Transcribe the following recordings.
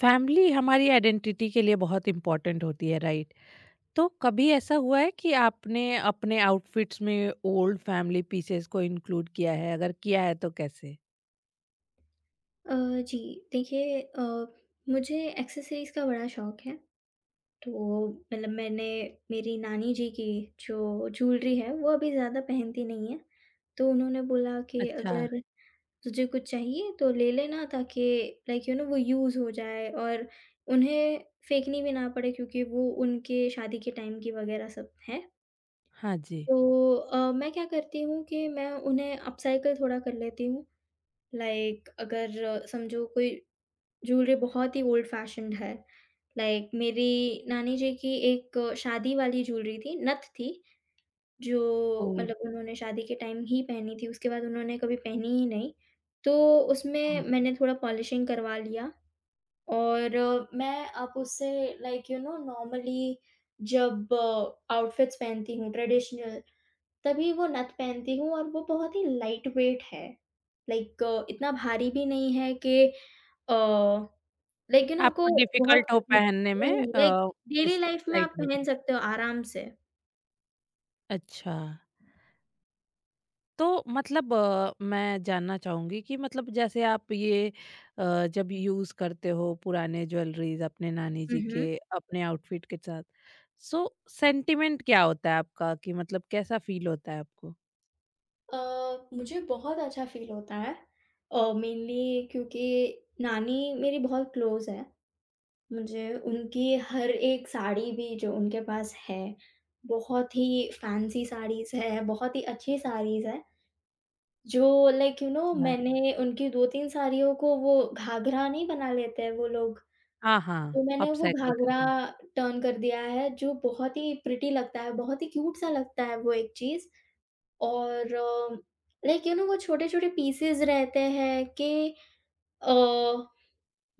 Family हमारी identity के लिए बहुत इम्पोर्टेंट होती है राइट। तो कभी ऐसा हुआ है कि आपने अपने आउटफिट्स में ओल्ड फैमिली पीसेस को इंक्लूड किया है? अगर किया है तो कैसे? अ, जी, देखिए, मुझे एक्सेसरीज़ का बड़ा शौक है। तो मतलब मैंने मेरी नानी जी की जो ज्वेलरी है, वो अभी ज़्यादा पहनती नहीं है। तो उन्होंने बोला कि अच्छा। अगर तुझे कुछ चाहिए तो ले लेना, ताकि लाइक यू नो वो यूज़ हो जाए और उन्हें फेंकनी भी ना पड़े, क्योंकि वो उनके शादी के टाइम की वग़ैरह सब है। हाँ जी। तो मैं क्या करती हूँ कि मैं उन्हें अपसाइकिल थोड़ा कर लेती हूँ। लाइक, अगर समझो कोई ज्वेलरी बहुत ही ओल्ड फैशन्ड है। लाइक मेरी नानी जी की एक शादी वाली ज्वेलरी थी, नथ थी, ओ। जो मतलब उन्होंने शादी के टाइम ही पहनी थी, उसके बाद उन्होंने कभी पहनी ही नहीं। तो उसमें हाँ। मैंने थोड़ा पॉलिशिंग करवा लिया और मैं अब उससे, लाइक यू नो, नॉर्मली जब आउटफिट्स पहनती हूँ ट्रेडिशनल, तभी वो नथ पहनती हूँ, और वो बहुत ही लाइट वेट है। लाइक, इतना भारी भी नहीं है कि अ लेकिन आपको, आपको बहुत डिफिकल्ट हो पहनने में? वही, लाइक, डेली लाइफ में लाइट आप वेट? पहन सकते हो आराम से। अच्छा। तो मतलब मैं जानना चाहूंगी कि मतलब जैसे आप ये जब यूज करते हो पुराने ज्वेलरीज अपने नानी हुँ, जी के हुँ। अपने आउटफिट के साथ, सो सेंटिमेंट क्या होता है आपका कि मतलब कैसा फील होता है आपको? अ, मुझे बहुत अच्छा फ़ील होता है, मेनली क्योंकि नानी मेरी बहुत क्लोज़ है। मुझे उनकी हर एक साड़ी भी जो उनके पास है, बहुत ही फैंसी साड़ीज़ है, बहुत ही अच्छी साड़ीज़ है, जो लाइक यू नो हाँ। मैंने उनकी 2-3 साड़ियों को, वो घाघरा नहीं बना लेते हैं वो लोग, हाँ हाँ, तो मैंने वो अपसाइकल घाघरा करके। टर्न कर दिया है, जो बहुत ही प्रिटी लगता है, बहुत ही क्यूट सा लगता है वो एक चीज़। और लाइक यू नो वो छोटे-छोटे पीसेज़ रहते हैं कि अ,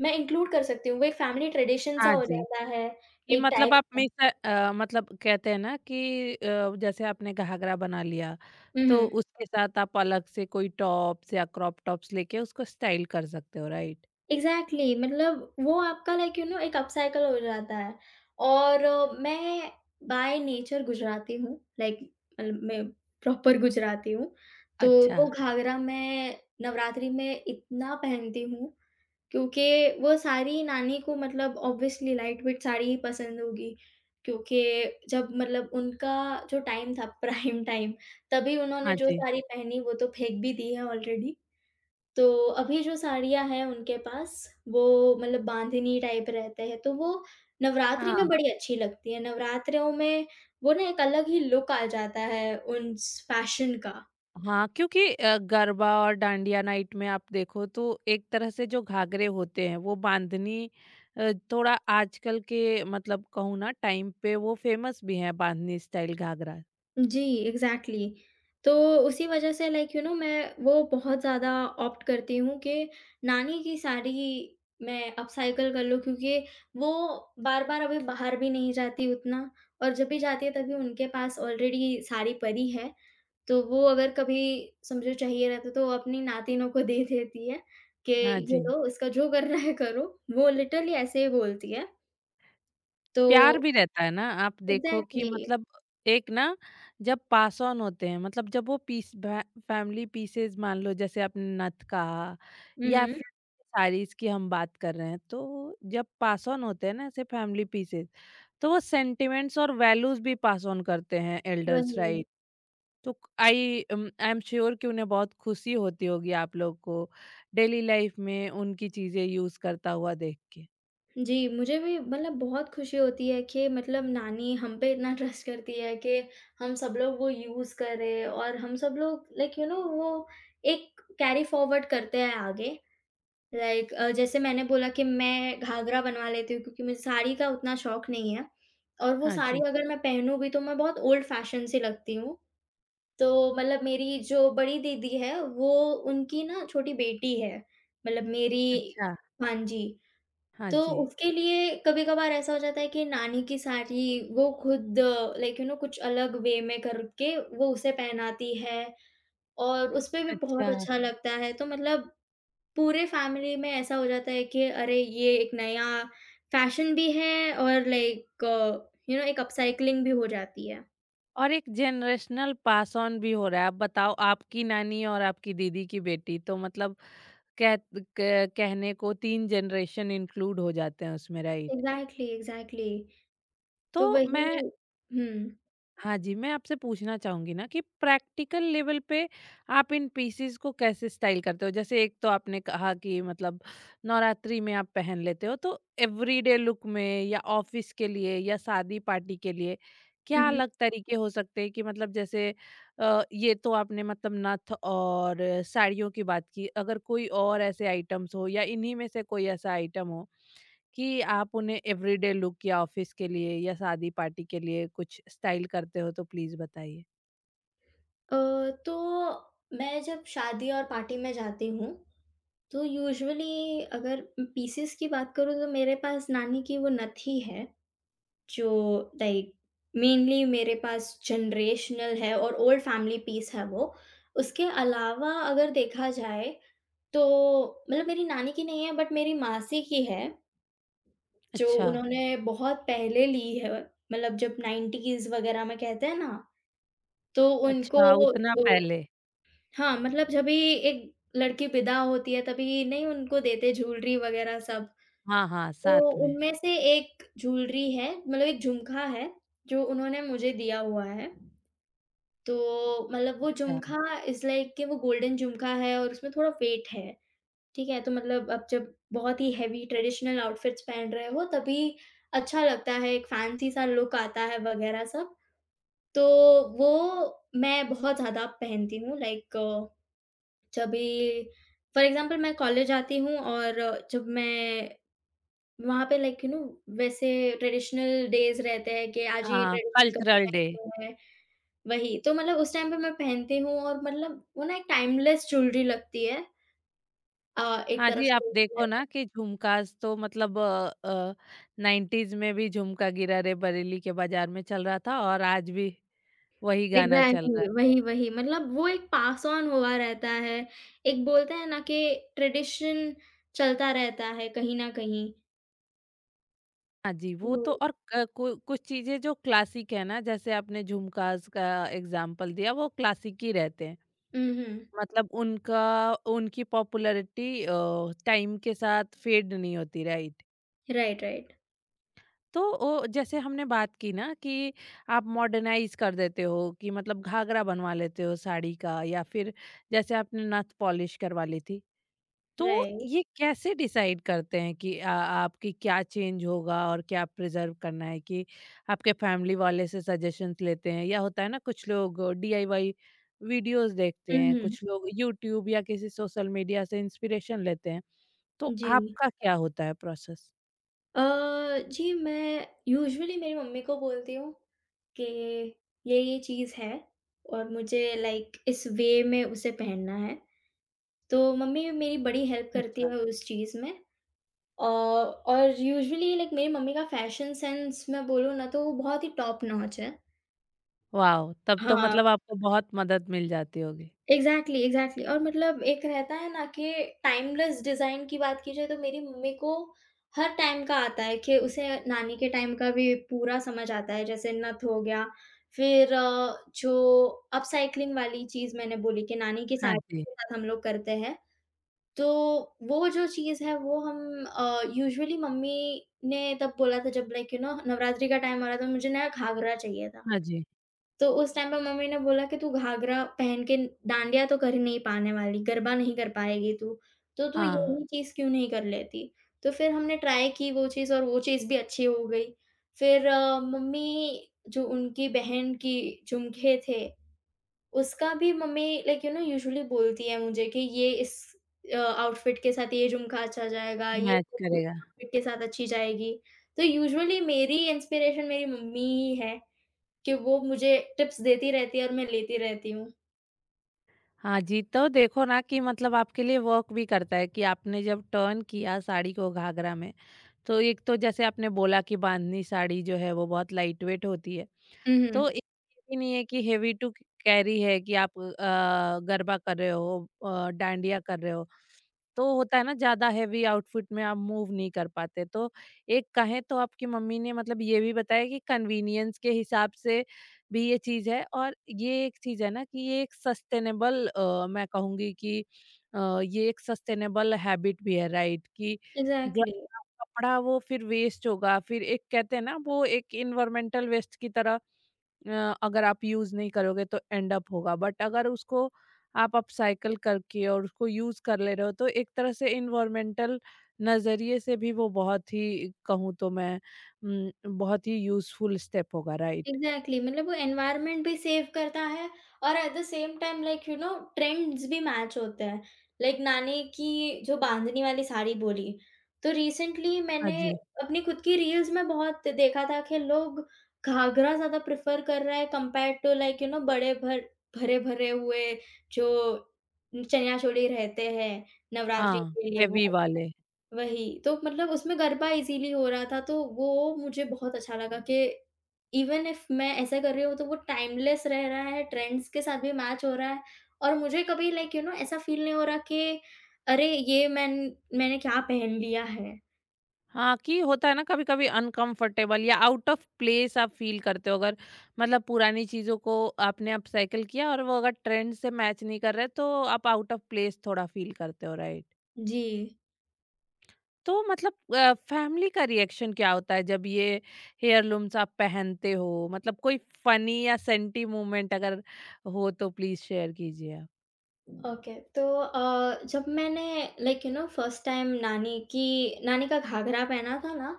मैं इंक्लूड कर सकती हूँ, वो एक फैमिली ट्रेडिशन सा हाँ हो जी, जाता है, कि एक मतलब टाइप आप में का। से, मतलब कहते हैं ना कि जैसे आपने घाघरा बना लिया, हुँ, तो हुँ। उसके साथ आप अलग से कोई टॉप्स या क्रॉप टॉप्स लेके उसको स्टाइल कर सकते हो राइट। एग्ज़ैक्टली, मतलब वो आपका लाइक यू नो एक अपसाइकिल हो जाता है। और मैं बाय नेचर गुजराती हूँ, लाइक, मतलब मैं प्रॉपर गुजराती हूँ, तो अच्छा। वो घाघरा मैं नवरात्रि में इतना पहनती हूँ, क्योंकि वो सारी नानी को मतलब ऑब्वियसली लाइट वेट साड़ी ही पसंद होगी, क्योंकि जब मतलब उनका जो टाइम था प्राइम टाइम, तभी उन्होंने हाँ जो जी। साड़ी पहनी वो तो फेंक भी दी है ऑलरेडी। तो अभी जो साड़ियाँ हैं उनके पास, वो मतलब बांधनी टाइप रहते हैं, तो वो नवरात्रि में हाँ बड़ी अच्छी लगती है। नवरात्रों में वो ना एक अलग ही लुक आ जाता है उन स फैशन का। हाँ, क्योंकि गरबा और डांडिया नाइट में आप देखो तो एक तरह से जो घाघरे होते हैं वो बांधनी, थोड़ा आजकल के मतलब कहूँ ना टाइम पे वो फेमस भी है, बांधनी स्टाइल घाघरा। जी, एग्ज़ैक्टली। तो उसी वज़ह से लाइक यू नो मैं वो बहुत ज़्यादा ऑप्ट करती हूँ कि नानी की साड़ी मैं अपसाइकिल कर लूँ, क्योंकि वो बार-बार अभी बाहर भी नहीं जाती उतना, और जब भी जाती है तभी उनके पास ऑलरेडी साड़ी पड़ी है। तो वो अगर कभी समझो चाहिए रहता है, तो वो अपनी नातिनों को दे देती है कि हाँ ये जी। लो, इसका जो करना है करो। वो लिटरली ऐसे ही बोलती है। तो प्यार भी रहता है ना आप देखो कि एग्ज़ैक्टली। मतलब, एक ना, जब पास ऑन होते हैं मतलब जब वो पीस फैमिली पीसेस मान लो जैसे आपने नथ कहा, हुँ, या हुँ। फिर साड़ीज की हम बात कर रहे हैं, तो जब पास ऑन होते हैं ना ऐसे फैमिली पीसेस, तो वो सेंटिमेंट्स और वैल्यूज भी पास ऑन करते हैं एल्डर्स, वही। राइट। तो आई आई एम श्योर कि उन्हें बहुत खुशी होती होगी आप लोग को डेली लाइफ में उनकी चीजें यूज करता हुआ देख के। जी, मुझे भी मतलब बहुत खुशी होती है कि मतलब नानी हम पे इतना ट्रस्ट करती है कि हम सब लोग वो यूज़ करें, और हम सब लोग लाइक यू नो वो एक कैरी फॉरवर्ड करते हैं आगे। लाइक, जैसे मैंने बोला कि मैं घाघरा बनवा लेती हूँ, क्योंकि मुझे साड़ी का उतना शौक नहीं है, और वो हाँ साड़ी, जी। हाँ। अगर मैं पहनूँ भी तो मैं बहुत ओल्ड फैशन सी लगती हूँ। तो मतलब मेरी जो बड़ी दीदी है, वो, उनकी ना छोटी बेटी है, मतलब मेरी, अच्छा। हाँ जी। हाँ तो जी। उसके लिए कभी-कभार ऐसा हो जाता है कि नानी की साड़ी वो खुद लाइक यू नो कुछ अलग वे में करके वो उसे पहनाती है, और उसपे भी बहुत अच्छा। अच्छा लगता है। तो मतलब पूरे फैमिली में ऐसा हो जाता है कि अरे, ये एक नया फैशन भी है, और लाइक यू नो एक अपसाइक्लिंग भी हो जाती है। और एक जनरेशनल पास ऑन भी हो रहा है। आप बताओ, आपकी नानी और आपकी दीदी की बेटी, तो मतलब कह, कह- कहने को तीन जनरेशन इंक्लूड हो जाते हैं उसमें, राइट। Exactly, exactly. तो तो वही। मैं, हुँ। हाँ जी, मैं आपसे पूछना चाहूँगी ना कि प्रैक्टिकल लेवल पे आप इन पीसेस को कैसे स्टाइल करते हो? जैसे एक तो आपने कहा कि मतलब नवरात्रि में आप पहन लेते हो, तो एवरीडे लुक में या ऑफिस के लिए या शादी पार्टी के लिए हुँ, क्या हुँ। अलग तरीके हो सकते हैं कि मतलब जैसे ये तो आपने मतलब नथ और साड़ियों की बात की, अगर कोई और ऐसे आइटम्स हो या इन्हीं में से कोई ऐसा आइटम हो कि आप उन्हें एवरीडे लुक या ऑफिस के लिए या शादी पार्टी के लिए कुछ स्टाइल करते हो, तो प्लीज बताइए। अ, तो मैं जब शादी और पार्टी में जाती हूँ, तो यूजुअली अगर पीसेस की बात करूँ, तो मेरे पास नानी की वो नथी है, जो लाइक मेनली मेरे पास जनरेशनल है और ओल्ड फैमिली पीस है वो। उसके अलावा अगर देखा जाए, तो मतलब मेरी नानी की नहीं है, बट मेरी मासी की है, जो अच्छा। उन्होंने बहुत पहले ली है, मतलब जब 90s वगैरह में कहते हैं ना, तो उनको अच्छा उतना जो, पहले। हाँ, मतलब जब भी एक लड़की विदा होती है तभी नहीं उनको देते ज्वेलरी वगैरह सब। हाँ, हाँ, तो साथ में। उनमें से एक ज्वेलरी है, मतलब एक झुमका है, जो उन्होंने मुझे दिया हुआ है। तो मतलब वो अच्छा। झुमका इज़ लाइक कि वो गोल्डन झुमका है और उसमें थोड़ा वेट है, ठीक है? तो मतलब आप जब बहुत ही हेवी ट्रेडिशनल आउटफिट्स पहन रहे हो तभी अच्छा लगता है, एक फैंसी सा लुक आता है वगैरह सब। तो वो मैं बहुत ज़्यादा पहनती हूँ, लाइक, जब भी फॉर एग्ज़ाम्पल मैं कॉलेज आती हूँ और जब मैं वहाँ पे लाइक यू नो वैसे ट्रेडिशनल डेज़ रहते हैं कि आज ये हाँ, ट्रेडिशनल कपड़े कल्चरल डे। पहनने हैं, वही। तो मतलब उस टाइम पे मैं पहनती हूँ, और मतलब वो ना एक टाइमलेस ज्वेलरी लगती है, एक हाँ तरफ जी, से आप देखा देखो जाए तो। ना कि झुमकास तो मतलब अ, 90s में भी झुमका गिरा रे बरेली के बाजार में चल रहा था और आज भी वही गाना चल रहा एग्ज़ैक्टली, है। वही, वही। मतलब वो एक पास ऑन हुआ रहता है। एक बोलते हैं ना कि ट्रेडिशन चलता रहता है कहीं न कहीं। हाँ जी, वो तो। वो, और क कु कुछ चीज़ें जो क्लासिक है ना, जैसे आपने झुमकास का एग्ज़ाम्पल दिया, वो क्लासिक ही रहते हैं। हुँ, हुँ। मतलब उनका, उनकी पॉपुलैरिटी टाइम के साथ फेड नहीं होती, राइट। राइट, राइट, तो वो जैसे हमने बात की ना कि आप मॉडर्नाइज कर देते हो कि मतलब घाघरा बनवा लेते हो साड़ी का, या फिर जैसे आपने नथ पॉलिश करवा ली थी, तो राइट। ये कैसे डिसाइड करते हैं कि आपकी क्या चेंज होगा और क्या प्रिजर्व करना है? कि आपके फैमिली वाले से सजेशंस लेते हैं, या होता है ना कुछ लोग डीआईवाई वीडियोस देखते हुँ, हैं, हुँ। कुछ लोग यूट्यूब या किसी सोशल मीडिया से इंस्पिरेशन लेते हैं, तो जी। आपका क्या होता है प्रोसेस? अ, जी, मैं यूजुअली मेरी मम्मी को बोलती हूँ कि ये चीज़ है, और मुझे लाइक इस वे में उसे पहनना है। तो मम्मी मेरी बड़ी हेल्प करती अच्छा। है उस चीज़ में। औ और यूजुअली, लाइक, मेरी मम्मी का फैशन सेंस मैं बोलूँ ना तो वो बहुत ही टॉप नॉच है। वाह, तब तो हाँ। मतलब आपको बहुत मदद मिल जाती होगी। Exactly, exactly. और मतलब एक रहता है ना कि टाइमलेस डिज़ाइन की बात की जाए, तो मेरी मम्मी को हर टाइम का आता है, कि उसे नानी के टाइम का भी पूरा समझ आता है, जैसे नथ हो गया, फिर जो अपसाइक्लिंग वाली चीज़ मैंने बोली कि नानी की हाँ साड़ी जी। के साथ हम लोग करते हैं, तो वो जो चीज़ है वो हम, यूजुअली मम्मी ने तब बोला था जब लाइक यू नो नवरात्रि का टाइम आ रहा था, मुझे नया घाघरा चाहिए था। हाँ जी। तो उस टाइम पे मम्मी ने बोला कि तू घाघरा पहन के डांडिया तो कर ही नहीं पाने वाली, गरबा नहीं कर पाएगी तू, तो तू हाँ। यही चीज़ क्यों नहीं कर लेती? तो फिर हमने ट्राई की वो चीज़, और वो चीज़ भी अच्छी हो गई। फिर मम्मी जो उनकी बहन की झुमके थे, उसका भी mummy like you know usually बोलती है मुझे कि ये, इस आउटफिट के साथ ये झुमका अच्छा जाएगा, ये मैच करेगा। आउटफिट के साथ अच्छी जाएगी। तो यूजुअली मेरी इंस्पिरेशन मेरी मम्मी ही है। कि वो मुझे टिप्स देती रहती है और मैं लेती रहती हूँ। हाँ जी, तो देखो ना कि मतलब आपके लिए वर्क भी करता है कि आपने जब टर्न किया साड़ी को घाघरा में, तो एक तो जैसे आपने बोला कि बांधनी साड़ी जो है वो बहुत लाइट वेट होती है। हुँ, हुँ। तो एक ये भी नहीं है कि हेवी टू कैरी है कि आप गरबा कर रहे हो, डांडिया कर रहे हो। तो होता है ना ज्यादा हैवी आउटफिट में आप मूव नहीं कर पाते, तो एक कहें तो आपकी मम्मी ने मतलब ये भी बताया कि कन्वीनियंस के हिसाब से भी ये चीज है, और ये एक चीज है ना कि ये एक सस्टेनेबल, मैं कहूंगी कि ये एक सस्टेनेबल हैबिट भी है राइट, कि जब एग्ज़ैक्टली, कपड़ा वो फिर वेस्ट होगा, फिर एक कहते हैं ना वो एक इन्वायरमेंटल वेस्ट की तरह अगर आप यूज़ नहीं करोगे तो एंड अप होगा, बट अगर उसको आप अपसाइकल करके और उसको यूज़ कर ले रहे हो, तो एक तरह से इन्वायरमेंटल नज़रिए से भी वो बहुत ही कहूँ तो मैं, उम, बहुत ही यूज़फुल स्टेप होगा, राइट? एग्ज़ैक्टली, मतलब वो एनवायरनमेंट भी सेव करता है, और at the same time like you know trends भी मैच होते हैं। लाइक, नानी की जो बांधनी वाली साड़ी बोली, तो रिसेंटली हाँ मैंने जी। अपनी खुद की रील्स में बहुत देखा था कि लोग घाघरा ज़्यादा प्रेफ़र कर रहे हैं compare to like you know बड़े भर भरे-भरे हुए जो चनिया चोली रहते हैं नवरात्रि हाँ, के लिए वो। हेवी वाले। वही, तो मतलब उसमें गरबा इज़ीली हो रहा था, तो वो मुझे बहुत अच्छा लगा कि इवन इफ मैं ऐसा कर रही हूँ, तो वो टाइमलेस रह रहा है, ट्रेंड्स के साथ भी मैच हो रहा है, और मुझे कभी लाइक यू नो ऐसा फील नहीं हो रहा कि अरे! ये, मैन मैंने क्या पहन लिया है। हाँ, कि होता है ना कभी-कभी अनकंफर्टेबल या आउट ऑफ प्लेस आप फ़ील करते हो, अगर मतलब पुरानी चीज़ों को आपने अपसाइकल किया और वो अगर ट्रेंड से मैच नहीं कर रहे, तो आप आउट ऑफ प्लेस थोड़ा फ़ील करते हो, राइट? जी। तो मतलब फैमिली का रिएक्शन क्या होता है जब ये हेयरलूम्स आप पहनते हो? मतलब कोई फनी या सेंटी मोमेंट अगर हो तो प्लीज़ शेयर कीजिए आप। ओके, तो जब मैंने like you know first time नानी की नानी का घाघरा पहना था ना,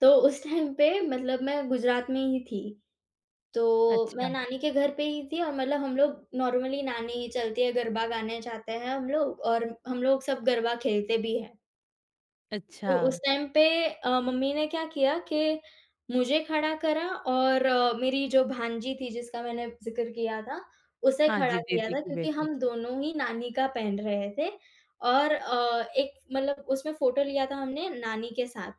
तो उस टाइम पे मतलब मैं गुजरात में ही थी। तो मैं अच्छा। नानी के घर पे ही थी, और मतलब हम लोग नॉर्मली नानी ही चलती है, गरबा गाने जाते हैं हम लोग और हम लोग सब गरबा खेलते भी हैं। तो अच्छा। उस टाइम पे मम्मी ने क्या किया कि मुझे खड़ा करा, और मेरी जो भांजी थी जिसका मैंने ज़िक्र किया था, उसे हाँ खड़ा जी, किया दीदी था, की क्योंकि बेटी। हम दोनों ही नानी का पहन रहे थे। और एक मतलब उसमें फ़ोटो लिया था हमने नानी के साथ।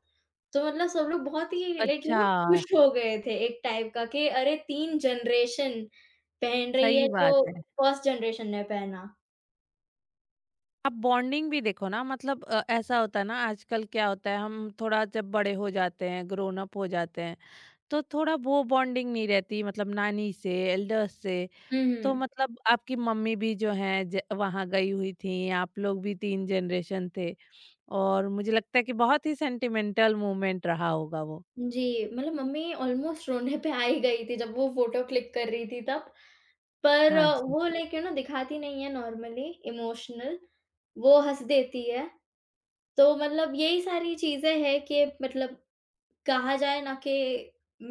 तो मतलब सब लोग बहुत ही लाइक यू अच्छा। नो खुश हो गए थे एक टाइप का, कि अरे, 3 जनरेशन पहन रही सही है बात जो है। फर्स्ट जनरेशन ने पहना। आप बॉन्डिंग भी देखो ना मतलब, ऐसा होता है ना आजकल क्या होता है, हम थोड़ा जब बड़े हो जाते हैं, ग्रोन अप हो जाते हैं, तो थोड़ा वो बॉन्डिंग नहीं रहती मतलब नानी से, एल्डर्स से। हुँ, तो हुँ। मतलब आपकी मम्मी भी जो हैं, ज वहाँ गई हुई थीं, आप लोग भी 3 जनरेशन थे और मुझे लगता है कि बहुत ही सेंटिमेंटल मोमेंट रहा होगा वो। जी, मतलब मम्मी ऑलमोस्ट रोने पे आ ही गई थी जब वो फ़ोटो क्लिक कर रही थी तब। पर हाँ जी, वो लाइक यू नो दिखाती नहीं है नॉर्मली इमोशनल, वो हँस देती है। तो मतलब यही सारी चीज़ें हैं कि मतलब कहा जाए ना कि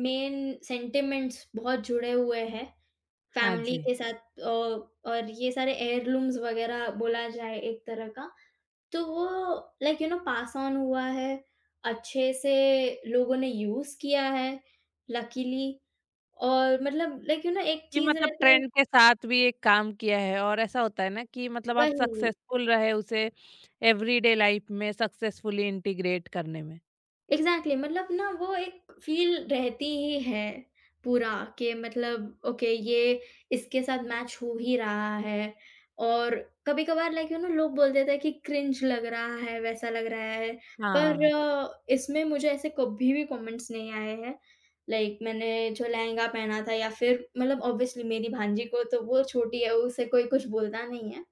मेन सेंटिमेंट्स बहुत जुड़े हुए हैं। हाँ फैमिली जी। के साथ, और ये सारे हेयरलूम्स वगैरह बोला जाए एक तरह का, तो वो like you know pass on हुआ है, अच्छे से लोगों ने यूज़ किया है लकीली, और मतलब लाइक यू नो एक कि चीज़ मतलब रहती है। ट्रेंड के साथ भी एक काम किया है, और ऐसा होता है ना कि मतलब आप वही। सक्सेसफुल रहे उसे एवरीडे लाइफ में सक्सेसफुली इंटीग्रेट करने में। एग्ज़ैक्टली, मतलब ना वो एक फ़ील रहती ही है पूरा कि मतलब ओके, ये इसके साथ मैच हो ही रहा है, और कभी-कभार लाइक यू नो लोग बोल देते हैं कि क्रिंज लग रहा है, वैसा लग रहा है, पर हाँ, इसमें मुझे ऐसे कभी भी कमेंट्स नहीं आए हैं। लाइक, मैंने जो लहंगा पहना था या फिर मतलब ऑब्वियसली मेरी भांजी को तो वो छोटी है, उसे कोई कुछ बोलता नहीं है।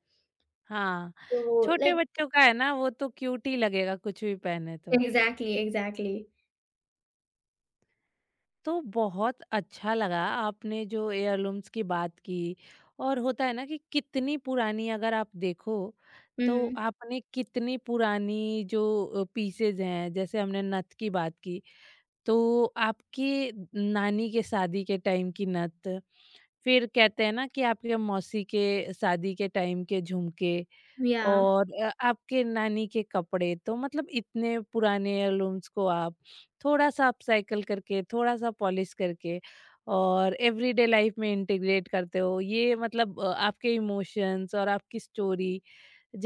हाँ। तो छोटे लाइक, बच्चों का है ना, वो तो क्यूट ही लगेगा कुछ भी पहने तो। Exactly, exactly. तो बहुत अच्छा लगा आपने जो हेयरलूम्स की बात की। और होता है ना कि कितनी पुरानी अगर आप देखो, हुँ, तो हुँ। आपने कितनी पुरानी जो पीसेज हैं, जैसे हमने नथ की बात की, तो आपकी नानी के शादी के टाइम की नथ, फिर कहते हैं ना कि आपके मौसी के शादी के टाइम के झुमके, याह! और आपके नानी के कपड़े, तो मतलब इतने पुराने हेirलूम्स को आप थोड़ा-सा अपसाइकल करके, थोड़ा-सा पॉलिश करके और एवरीडे लाइफ में इंटीग्रेट करते हो। ये मतलब आपके इमोशंस और आपकी स्टोरी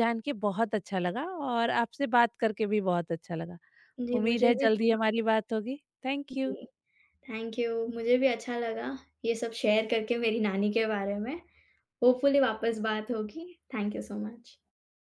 जान के बहुत अच्छा लगा, और आपसे बात करके भी बहुत अच्छा लगा। जी, उम्मीद मुझे है भी जल्दी बहुत, हमारी बात होगी। Thank you. जी। Thank you. मुझे भी अच्छा लगा ये सब शेयर करके मेरी नानी के बारे में। होपफुली वापस बात होगी। Thank you so much.